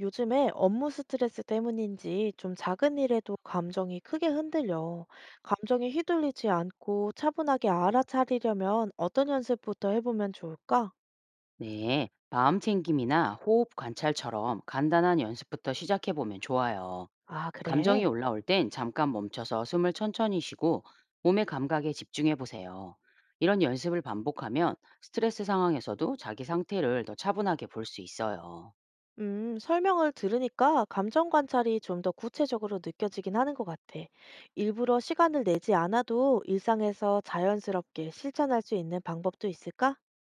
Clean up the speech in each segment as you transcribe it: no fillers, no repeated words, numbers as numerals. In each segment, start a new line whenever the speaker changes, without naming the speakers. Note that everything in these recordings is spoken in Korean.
요즘에 업무 스트레스 때문인지 좀 작은 일에도 감정이 크게 흔들려. 감정에 휘둘리지 않고 차분하게 알아차리려면 어떤 연습부터 해보면 좋을까?
네, 마음 챙김이나 호흡 관찰처럼 간단한 연습부터 시작해 보면 좋아요.
아,
감정이
그래.
올라올 땐 잠깐 멈춰서 숨을 천천히 쉬고 몸의 감각에 집중해 보세요. 이런 연습을 반복하면 스트레스 상황에서도 자기 상태를 더 차분하게 볼 수 있어요.
설명을 들으니까 감정 관찰이 좀 더 구체적으로 느껴지긴 하는 것 같아. 일부러 시간을 내지 않아도 일상에서 자연스럽게 실천할 수 있는 방법도 있을까?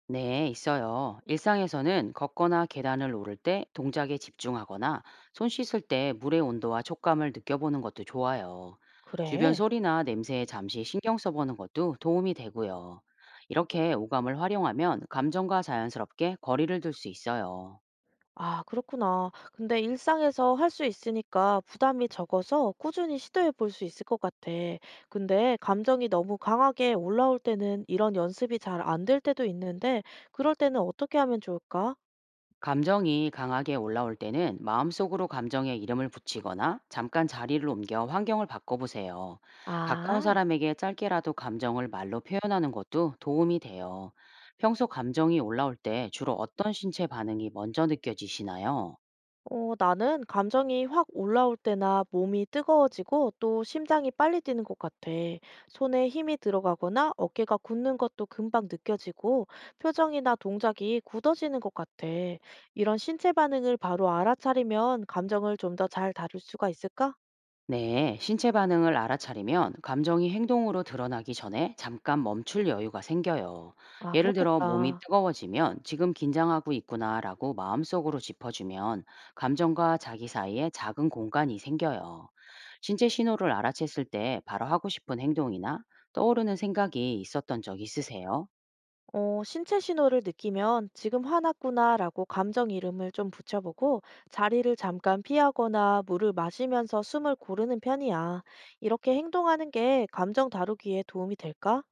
네, 있어요. 일상에서는 걷거나 계단을 오를 때 동작에 집중하거나 손 씻을 때 물의 온도와 촉감을 느껴보는 것도 좋아요. 주변
그래.
소리나 냄새에 잠시 신경 써보는 것도 도움이 되고요. 이렇게 오감을 활용하면 감정과 자연스럽게 거리를 둘 수 있어요.
아, 그렇구나. 근데 일상에서 할 수 있으니까 부담이 적어서 꾸준히 시도해 볼 수 있을 것 같아. 근데 감정이 너무 강하게 올라올 때는 이런 연습이 잘 안 될 때도 있는데, 그럴 때는 어떻게 하면 좋을까?
감정이 강하게 올라올 때는 마음속으로 감정에 이름을 붙이거나 잠깐 자리를 옮겨 환경을 바꿔보세요. 가까운
아.
사람에게 짧게라도 감정을 말로 표현하는 것도 도움이 돼요. 평소 감정이 올라올 때 주로 어떤 신체 반응이 먼저 느껴지시나요?
어, 나는 감정이 확 올라올 때나 몸이 뜨거워지고 또 심장이 빨리 뛰는 것 같아. 손에 힘이 들어가거나 어깨가 굳는 것도 금방 느껴지고 표정이나 동작이 굳어지는 것 같아. 이런 신체 반응을 바로 알아차리면 감정을 좀 더 잘 다룰 수가 있을까?
네, 신체 반응을 알아차리면 감정이 행동으로 드러나기 전에 잠깐 멈출 여유가 생겨요.
아,
예를 들어 몸이
그렇겠다.
뜨거워지면 지금 긴장하고 있구나라고 마음속으로 짚어주면 감정과 자기 사이에 작은 공간이 생겨요. 신체 신호를 알아챘을 때 바로 하고 싶은 행동이나 떠오르는 생각이 있었던 적 있으세요?
어, 신체 신호를 느끼면 지금 화났구나라고 감정 이름을 좀 붙여보고 자리를 잠깐 피하거나 물을 마시면서 숨을 고르는 편이야. 이렇게 행동하는 게 감정 다루기에 도움이 될까?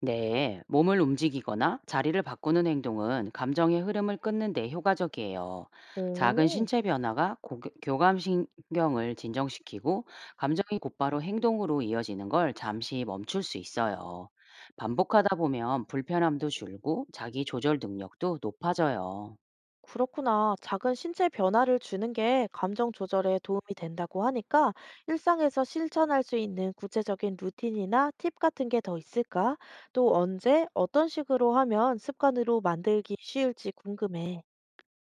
네, 몸을 움직이거나 자리를 바꾸는 행동은 감정의 흐름을 끊는 데 효과적이에요. 작은
오,
신체 변화가 교감신경을 진정시키고 감정이 곧바로 행동으로 이어지는 걸 잠시 멈출 수 있어요. 반복하다 보면 불편함도 줄고 자기 조절 능력도 높아져요.
그렇구나. 작은 신체 변화를 주는 게 감정 조절에 도움이 된다고 하니까 일상에서 실천할 수 있는 구체적인 루틴이나 팁 같은 게 더 있을까? 또 언제, 어떤 식으로 하면 습관으로 만들기 쉬울지 궁금해.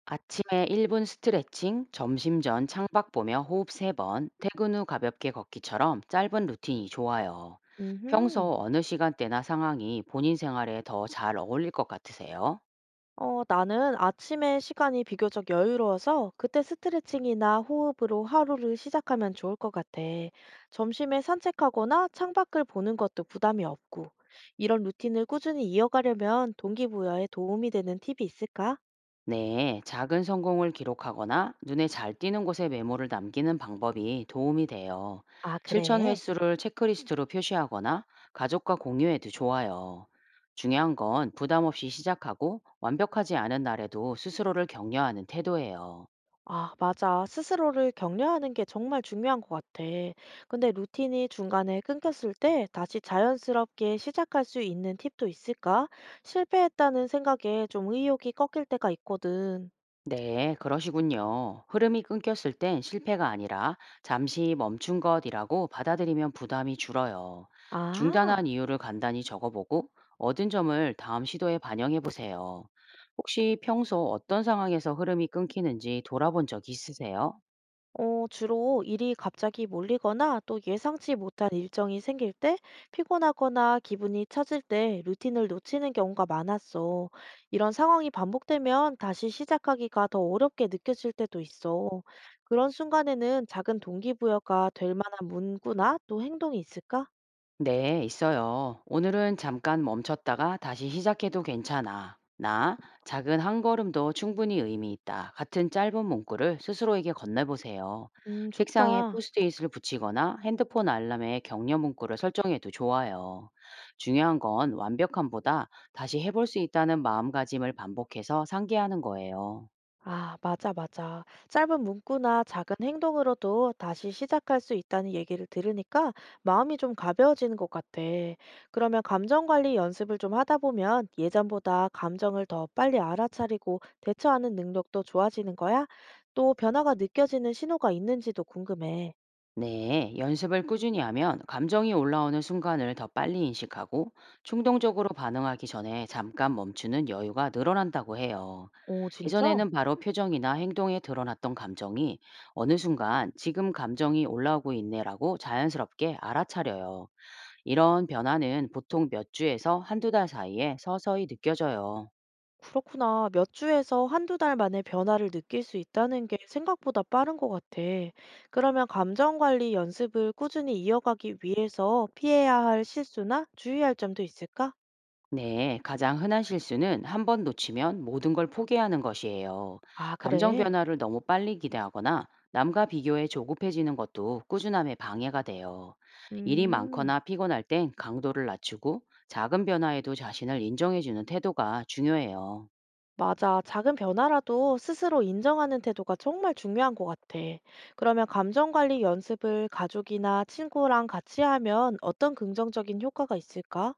아침에 1분 스트레칭, 점심 전 창밖 보며 호흡 3번, 퇴근 후 가볍게 걷기처럼 짧은 루틴이 좋아요.
음흠.
평소 어느 시간대나 상황이 본인 생활에 더 잘 어울릴 것 같으세요?
어, 나는 아침에 시간이 비교적 여유로워서 그때 스트레칭이나 호흡으로 하루를 시작하면 좋을 것 같아. 점심에 산책하거나 창밖을 보는 것도 부담이 없고. 이런 루틴을 꾸준히 이어가려면 동기부여에 도움이 되는 팁이 있을까?
네, 작은 성공을 기록하거나 눈에 잘 띄는 곳에 메모를 남기는 방법이 도움이 돼요.
아,
실천
그래.
횟수를 체크리스트로 표시하거나 가족과 공유해도 좋아요. 중요한 건 부담 없이 시작하고 완벽하지 않은 날에도 스스로를 격려하는 태도예요.
아, 맞아. 스스로를 격려하는 게 정말 중요한 것 같아. 근데 루틴이 중간에 끊겼을 때 다시 자연스럽게 시작할 수 있는 팁도 있을까? 실패했다는 생각에 좀 의욕이 꺾일 때가 있거든.
네, 그러시군요. 흐름이 끊겼을 땐 실패가 아니라 잠시 멈춘 것이라고 받아들이면 부담이 줄어요.
아.
중단한 이유를 간단히 적어보고 얻은 점을 다음 시도에 반영해 보세요. 혹시 평소 어떤 상황에서 흐름이 끊기는지 돌아본 적 있으세요?
어, 주로 일이 갑자기 몰리거나 또 예상치 못한 일정이 생길 때 피곤하거나 기분이 처질 때 루틴을 놓치는 경우가 많았어. 이런 상황이 반복되면 다시 시작하기가 더 어렵게 느껴질 때도 있어. 그런 순간에는 작은 동기부여가 될 만한 문구나 또 행동이 있을까?
네, 있어요. "오늘은 잠깐 멈췄다가 다시 시작해도 괜찮아. 나, 작은 한 걸음도 충분히 의미 있다." 같은 짧은 문구를 스스로에게 건네보세요. 책상에
좋다.
포스트잇을 붙이거나 핸드폰 알람에 격려 문구를 설정해도 좋아요. 중요한 건 완벽함보다 다시 해볼 수 있다는 마음가짐을 반복해서 상기하는 거예요.
아, 맞아, 맞아. 짧은 문구나 작은 행동으로도 다시 시작할 수 있다는 얘기를 들으니까 마음이 좀 가벼워지는 것 같아. 그러면 감정 관리 연습을 좀 하다 보면 예전보다 감정을 더 빨리 알아차리고 대처하는 능력도 좋아지는 거야? 또 변화가 느껴지는 신호가 있는지도 궁금해.
네, 연습을 꾸준히 하면 감정이 올라오는 순간을 더 빨리 인식하고 충동적으로 반응하기 전에 잠깐 멈추는 여유가 늘어난다고 해요.
오, 진짜?
예전에는 바로 표정이나 행동에 드러났던 감정이 어느 순간 지금 감정이 올라오고 있네라고 자연스럽게 알아차려요. 이런 변화는 보통 몇 주에서 한두 달 사이에 서서히 느껴져요.
그렇구나. 몇 주에서 한두 달 만에 변화를 느낄 수 있다는 게 생각보다 빠른 것 같아. 그러면 감정 관리 연습을 꾸준히 이어가기 위해서 피해야 할 실수나 주의할 점도 있을까?
네, 가장 흔한 실수는 한 번 놓치면 모든 걸 포기하는 것이에요.
아,
감정
그래.
변화를 너무 빨리 기대하거나 남과 비교해 조급해지는 것도 꾸준함에 방해가 돼요. 일이
음,
많거나 피곤할 땐 강도를 낮추고 작은 변화에도 자신을 인정해주는 태도가 중요해요.
맞아. 작은 변화라도 스스로 인정하는 태도가 정말 중요한 것 같아. 그러면 감정 관리 연습을 가족이나 친구랑 같이 하면 어떤 긍정적인 효과가 있을까?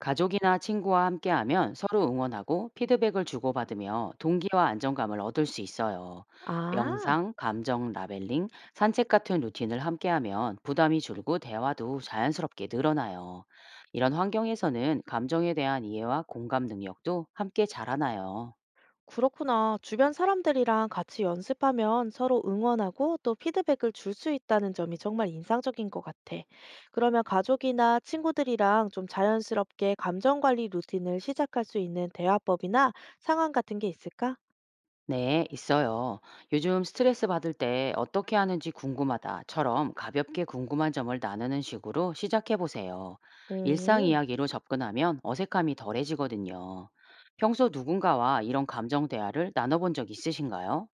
가족이나 친구와 함께하면 서로 응원하고 피드백을 주고받으며 동기와 안정감을 얻을 수 있어요.
아.
명상, 감정 라벨링, 산책 같은 루틴을 함께하면 부담이 줄고 대화도 자연스럽게 늘어나요. 이런 환경에서는 감정에 대한 이해와 공감 능력도 함께 자라나요.
그렇구나. 주변 사람들이랑 같이 연습하면 서로 응원하고 또 피드백을 줄 수 있다는 점이 정말 인상적인 것 같아. 그러면 가족이나 친구들이랑 좀 자연스럽게 감정 관리 루틴을 시작할 수 있는 대화법이나 상황 같은 게 있을까?
네, 있어요. "요즘 스트레스 받을 때 어떻게 하는지 궁금하다처럼 가볍게 궁금한 점을 나누는 식으로 시작해 보세요. 일상
음.
이야기로 접근하면 어색함이 덜해지거든요. 평소 누군가와 이런 감정 대화를 나눠본 적 있으신가요?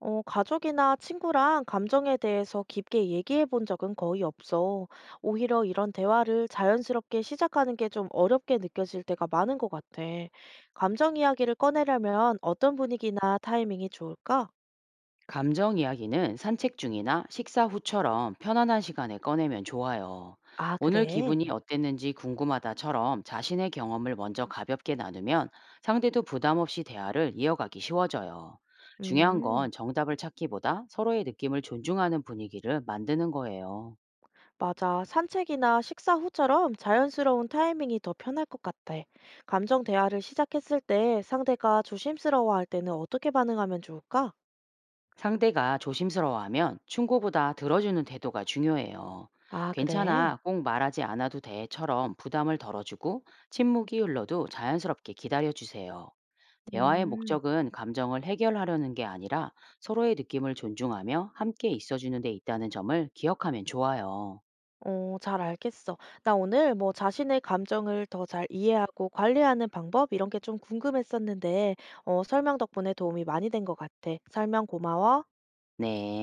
어, 가족이나 친구랑 감정에 대해서 깊게 얘기해 본 적은 거의 없어. 오히려 이런 대화를 자연스럽게 시작하는 게 좀 어렵게 느껴질 때가 많은 것 같아. 감정 이야기를 꺼내려면 어떤 분위기나 타이밍이 좋을까?
감정 이야기는 산책 중이나 식사 후처럼 편안한 시간에 꺼내면 좋아요.
아,
"오늘
그래.
기분이 어땠는지 궁금하다처럼 자신의 경험을 먼저 가볍게 나누면 상대도 부담 없이 대화를 이어가기 쉬워져요. 중요한
음,
건 정답을 찾기보다 서로의 느낌을 존중하는 분위기를 만드는 거예요.
맞아. 산책이나 식사 후처럼 자연스러운 타이밍이 더 편할 것 같아. 감정 대화를 시작했을 때 상대가 조심스러워할 때는 어떻게 반응하면 좋을까?
상대가 조심스러워하면 충고보다 들어주는 태도가 중요해요.
아, 그래.
"괜찮아, 꼭 말하지 않아도 돼처럼 부담을 덜어주고 침묵이 흘러도 자연스럽게 기다려주세요. 대화의
음.
목적은 감정을 해결하려는 게 아니라 서로의 느낌을 존중하며 함께 있어주는 데 있다는 점을 기억하면 좋아요.
어, 잘 알겠어. 나 오늘 뭐 자신의 감정을 더 잘 이해하고 관리하는 방법 이런 게 좀 궁금했었는데, 어, 설명 덕분에 도움이 많이 된 것 같아. 설명 고마워.
네.